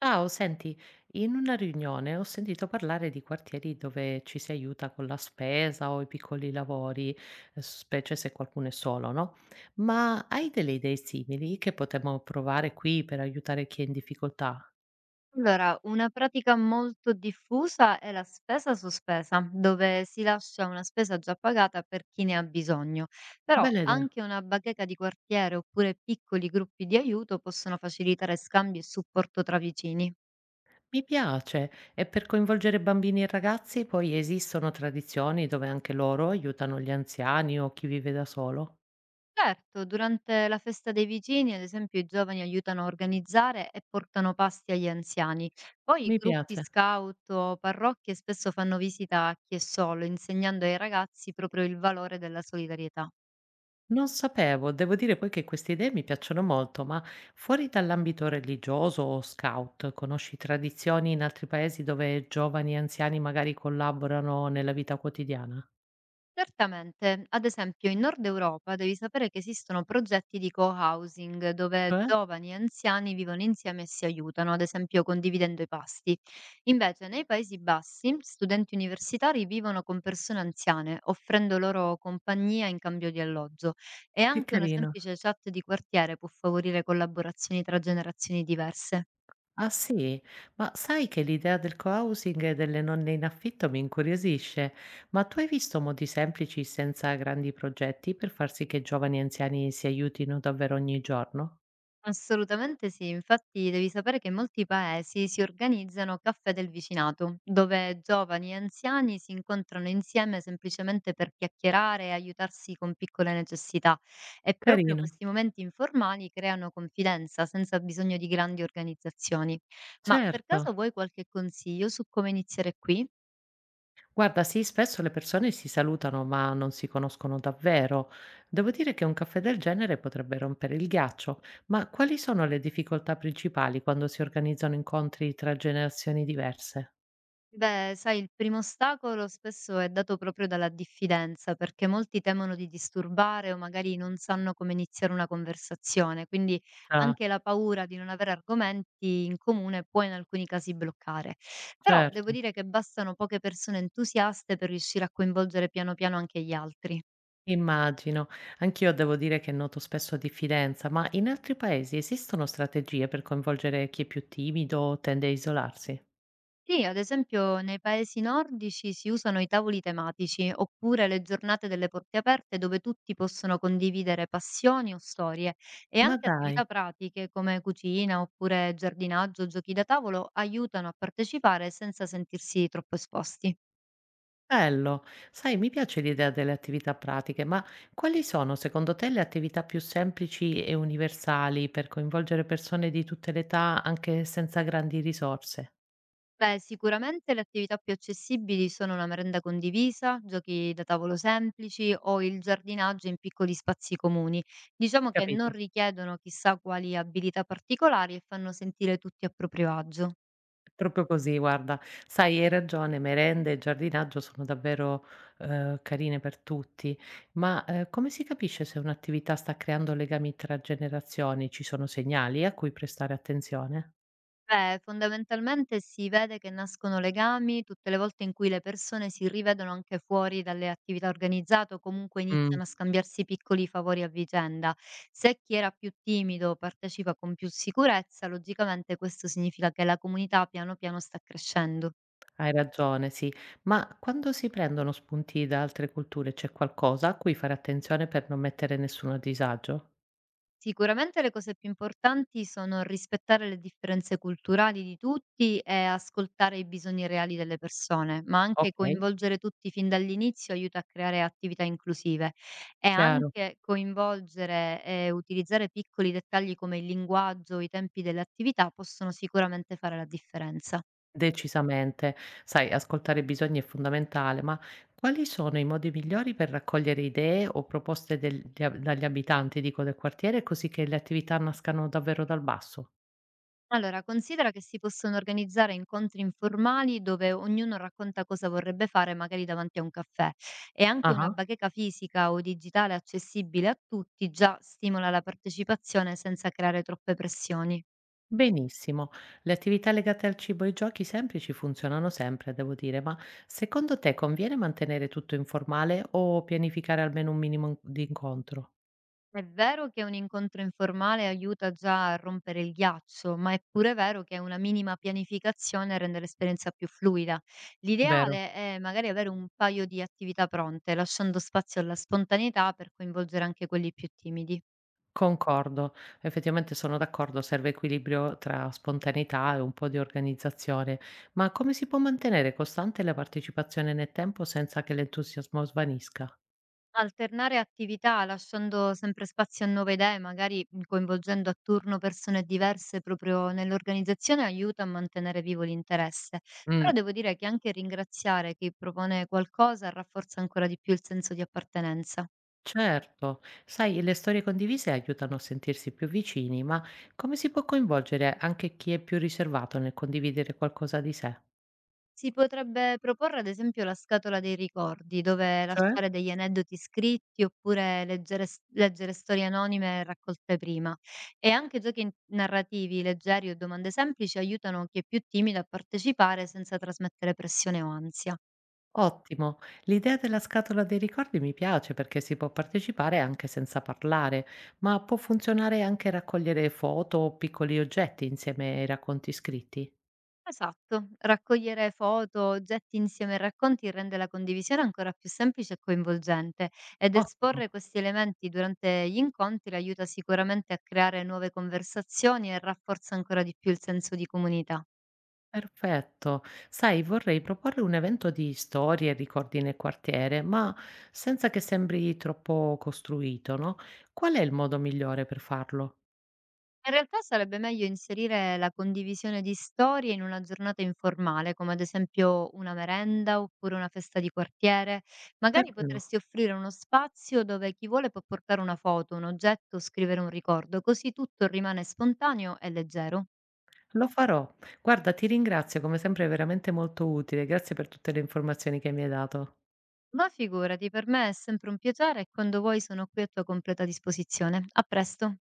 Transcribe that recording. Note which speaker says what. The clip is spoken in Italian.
Speaker 1: Ciao, senti, in una riunione ho sentito parlare di quartieri dove ci si aiuta con la spesa o i piccoli lavori, specie se qualcuno è solo, no? Ma hai delle idee simili che potremmo provare qui per aiutare chi è in difficoltà?
Speaker 2: Allora, una pratica molto diffusa è la spesa sospesa, dove si lascia una spesa già pagata per chi ne ha bisogno, però
Speaker 1: Bella idea.
Speaker 2: anche una bacheca di quartiere oppure piccoli gruppi di aiuto possono facilitare scambi e supporto tra vicini.
Speaker 1: Mi piace. E per coinvolgere bambini e ragazzi, poi esistono tradizioni dove anche loro aiutano gli anziani o chi vive da solo?
Speaker 2: Certo, durante la festa dei vicini, ad esempio, i giovani aiutano a organizzare e portano pasti agli anziani. Poi i
Speaker 1: Mi
Speaker 2: gruppi
Speaker 1: piace.
Speaker 2: scout o parrocchie spesso fanno visita a chi è solo, insegnando ai ragazzi proprio il valore della solidarietà.
Speaker 1: Non sapevo, devo dire poi che queste idee mi piacciono molto, ma fuori dall'ambito religioso o scout, conosci tradizioni in altri paesi dove giovani e anziani magari collaborano nella vita quotidiana?
Speaker 2: Certamente, ad esempio in Nord Europa devi sapere che esistono progetti di co-housing dove
Speaker 1: Cioè?
Speaker 2: giovani e anziani vivono insieme e si aiutano, ad esempio condividendo i pasti. Invece nei Paesi Bassi studenti universitari vivono con persone anziane, offrendo loro compagnia in cambio di alloggio e
Speaker 1: Che
Speaker 2: anche una
Speaker 1: carino.
Speaker 2: semplice chat di quartiere può favorire collaborazioni tra generazioni diverse.
Speaker 1: Ah sì? Ma sai che l'idea del co-housing e delle nonne in affitto mi incuriosisce, ma tu hai visto modi semplici senza grandi progetti per far sì che giovani e anziani si aiutino davvero ogni giorno?
Speaker 2: Assolutamente sì, infatti devi sapere che in molti paesi si organizzano caffè del vicinato, dove giovani e anziani si incontrano insieme semplicemente per chiacchierare e aiutarsi con piccole necessità. E proprio
Speaker 1: Carino,
Speaker 2: questi momenti informali creano confidenza senza bisogno di grandi organizzazioni. Ma per
Speaker 1: certo.
Speaker 2: caso vuoi qualche consiglio su come iniziare qui?
Speaker 1: Guarda, sì, spesso le persone si salutano ma non si conoscono davvero. Devo dire che un caffè del genere potrebbe rompere il ghiaccio, ma quali sono le difficoltà principali quando si organizzano incontri tra generazioni diverse?
Speaker 2: Beh, sai, il primo ostacolo spesso è dato proprio dalla diffidenza, perché molti temono di disturbare o magari non sanno come iniziare una conversazione, quindi
Speaker 1: Ah,
Speaker 2: anche la paura di non avere argomenti in comune può in alcuni casi bloccare. Però devo
Speaker 1: certo.
Speaker 2: dire che bastano poche persone entusiaste per riuscire a coinvolgere piano piano anche gli altri.
Speaker 1: Immagino, anch'io devo dire che noto spesso diffidenza, ma in altri paesi esistono strategie per coinvolgere chi è più timido o tende a isolarsi?
Speaker 2: Sì, ad esempio nei paesi nordici si usano i tavoli tematici, oppure le giornate delle porte aperte dove tutti possono condividere passioni o storie e
Speaker 1: Ma
Speaker 2: anche
Speaker 1: dai.
Speaker 2: attività pratiche come cucina oppure giardinaggio, giochi da tavolo aiutano a partecipare senza sentirsi troppo esposti.
Speaker 1: Bello, sai, mi piace l'idea delle attività pratiche, ma quali sono secondo te le attività più semplici e universali per coinvolgere persone di tutte le età anche senza grandi risorse?
Speaker 2: Beh, sicuramente le attività più accessibili sono una merenda condivisa, giochi da tavolo semplici o il giardinaggio in piccoli spazi comuni. Diciamo che non
Speaker 1: Capito?
Speaker 2: richiedono chissà quali abilità particolari e fanno sentire tutti a proprio agio.
Speaker 1: È proprio così, guarda, sai, hai ragione, merende e giardinaggio sono davvero carine per tutti, ma come si capisce se un'attività sta creando legami tra generazioni? Ci sono segnali a cui prestare attenzione?
Speaker 2: Beh, fondamentalmente si vede che nascono legami tutte le volte in cui le persone si rivedono anche fuori dalle attività organizzate o comunque
Speaker 1: Mm.
Speaker 2: iniziano a scambiarsi piccoli favori a vicenda. Se chi era più timido partecipa con più sicurezza, logicamente questo significa che la comunità piano piano sta crescendo.
Speaker 1: Hai ragione, sì. Ma quando si prendono spunti da altre culture c'è qualcosa a cui fare attenzione per non mettere nessuno a disagio?
Speaker 2: Sicuramente le cose più importanti sono rispettare le differenze culturali di tutti e ascoltare i bisogni reali delle persone, ma anche
Speaker 1: Okay,
Speaker 2: coinvolgere tutti fin dall'inizio aiuta a creare attività inclusive e
Speaker 1: chiaro,
Speaker 2: anche coinvolgere e utilizzare piccoli dettagli come il linguaggio, i tempi delle attività possono sicuramente fare la differenza.
Speaker 1: decisamente. Sai, ascoltare i bisogni è fondamentale, ma quali sono i modi migliori per raccogliere idee o proposte degli ab dagli abitanti, dico, del quartiere, così che le attività nascano davvero dal basso?
Speaker 2: Allora, considera che si possono organizzare incontri informali dove ognuno racconta cosa vorrebbe fare, magari davanti a un caffè. E anche una
Speaker 1: Ah-ah.
Speaker 2: bacheca fisica o digitale accessibile a tutti già stimola la partecipazione senza creare troppe pressioni.
Speaker 1: Benissimo. Le attività legate al cibo e i giochi semplici funzionano sempre, devo dire, ma secondo te conviene mantenere tutto informale o pianificare almeno un minimo di incontro?
Speaker 2: È vero che un incontro informale aiuta già a rompere il ghiaccio, ma è pure vero che una minima pianificazione rende l'esperienza più fluida.
Speaker 1: Vero,
Speaker 2: L'ideale è magari avere un paio di attività pronte, lasciando spazio alla spontaneità per coinvolgere anche quelli più timidi.
Speaker 1: concordo. Effettivamente sono d'accordo, serve equilibrio tra spontaneità e un po' di organizzazione, ma come si può mantenere costante la partecipazione nel tempo senza che l'entusiasmo svanisca?
Speaker 2: Alternare attività lasciando sempre spazio a nuove idee, magari coinvolgendo a turno persone diverse proprio nell'organizzazione, aiuta a mantenere vivo l'interesse.
Speaker 1: Mm.
Speaker 2: Però devo dire che anche ringraziare chi propone qualcosa rafforza ancora di più il senso di appartenenza.
Speaker 1: Certo, sai, le storie condivise aiutano a sentirsi più vicini, ma come si può coinvolgere anche chi è più riservato nel condividere qualcosa di sé?
Speaker 2: Si potrebbe proporre ad esempio la scatola dei ricordi, dove
Speaker 1: Cioè?
Speaker 2: lasciare degli aneddoti scritti oppure leggere storie anonime raccolte prima. E anche narrativi, leggeri o domande semplici aiutano chi è più timido a partecipare senza trasmettere pressione o ansia.
Speaker 1: Ottimo, l'idea della scatola dei ricordi mi piace perché si può partecipare anche senza parlare, ma può funzionare anche raccogliere foto o piccoli oggetti insieme ai racconti scritti.
Speaker 2: Esatto, raccogliere foto, oggetti insieme ai racconti rende la condivisione ancora più semplice e coinvolgente ed
Speaker 1: Ottimo.
Speaker 2: esporre questi elementi durante gli incontri aiuta sicuramente a creare nuove conversazioni e rafforza ancora di più il senso di comunità.
Speaker 1: Perfetto. Sai, vorrei proporre un evento di storie e ricordi nel quartiere, ma senza che sembri troppo costruito, no? Qual è il modo migliore per farlo?
Speaker 2: In realtà sarebbe meglio inserire la condivisione di storie in una giornata informale, come ad esempio una merenda oppure una festa di quartiere. Magari
Speaker 1: Perché no?
Speaker 2: potresti offrire uno spazio dove chi vuole può portare una foto, un oggetto, scrivere un ricordo, così tutto rimane spontaneo e leggero.
Speaker 1: Lo farò. Guarda, ti ringrazio, come sempre è veramente molto utile. Grazie per tutte le informazioni che mi hai dato.
Speaker 2: Ma figurati, per me è sempre un piacere e quando vuoi sono qui a tua completa disposizione. A presto.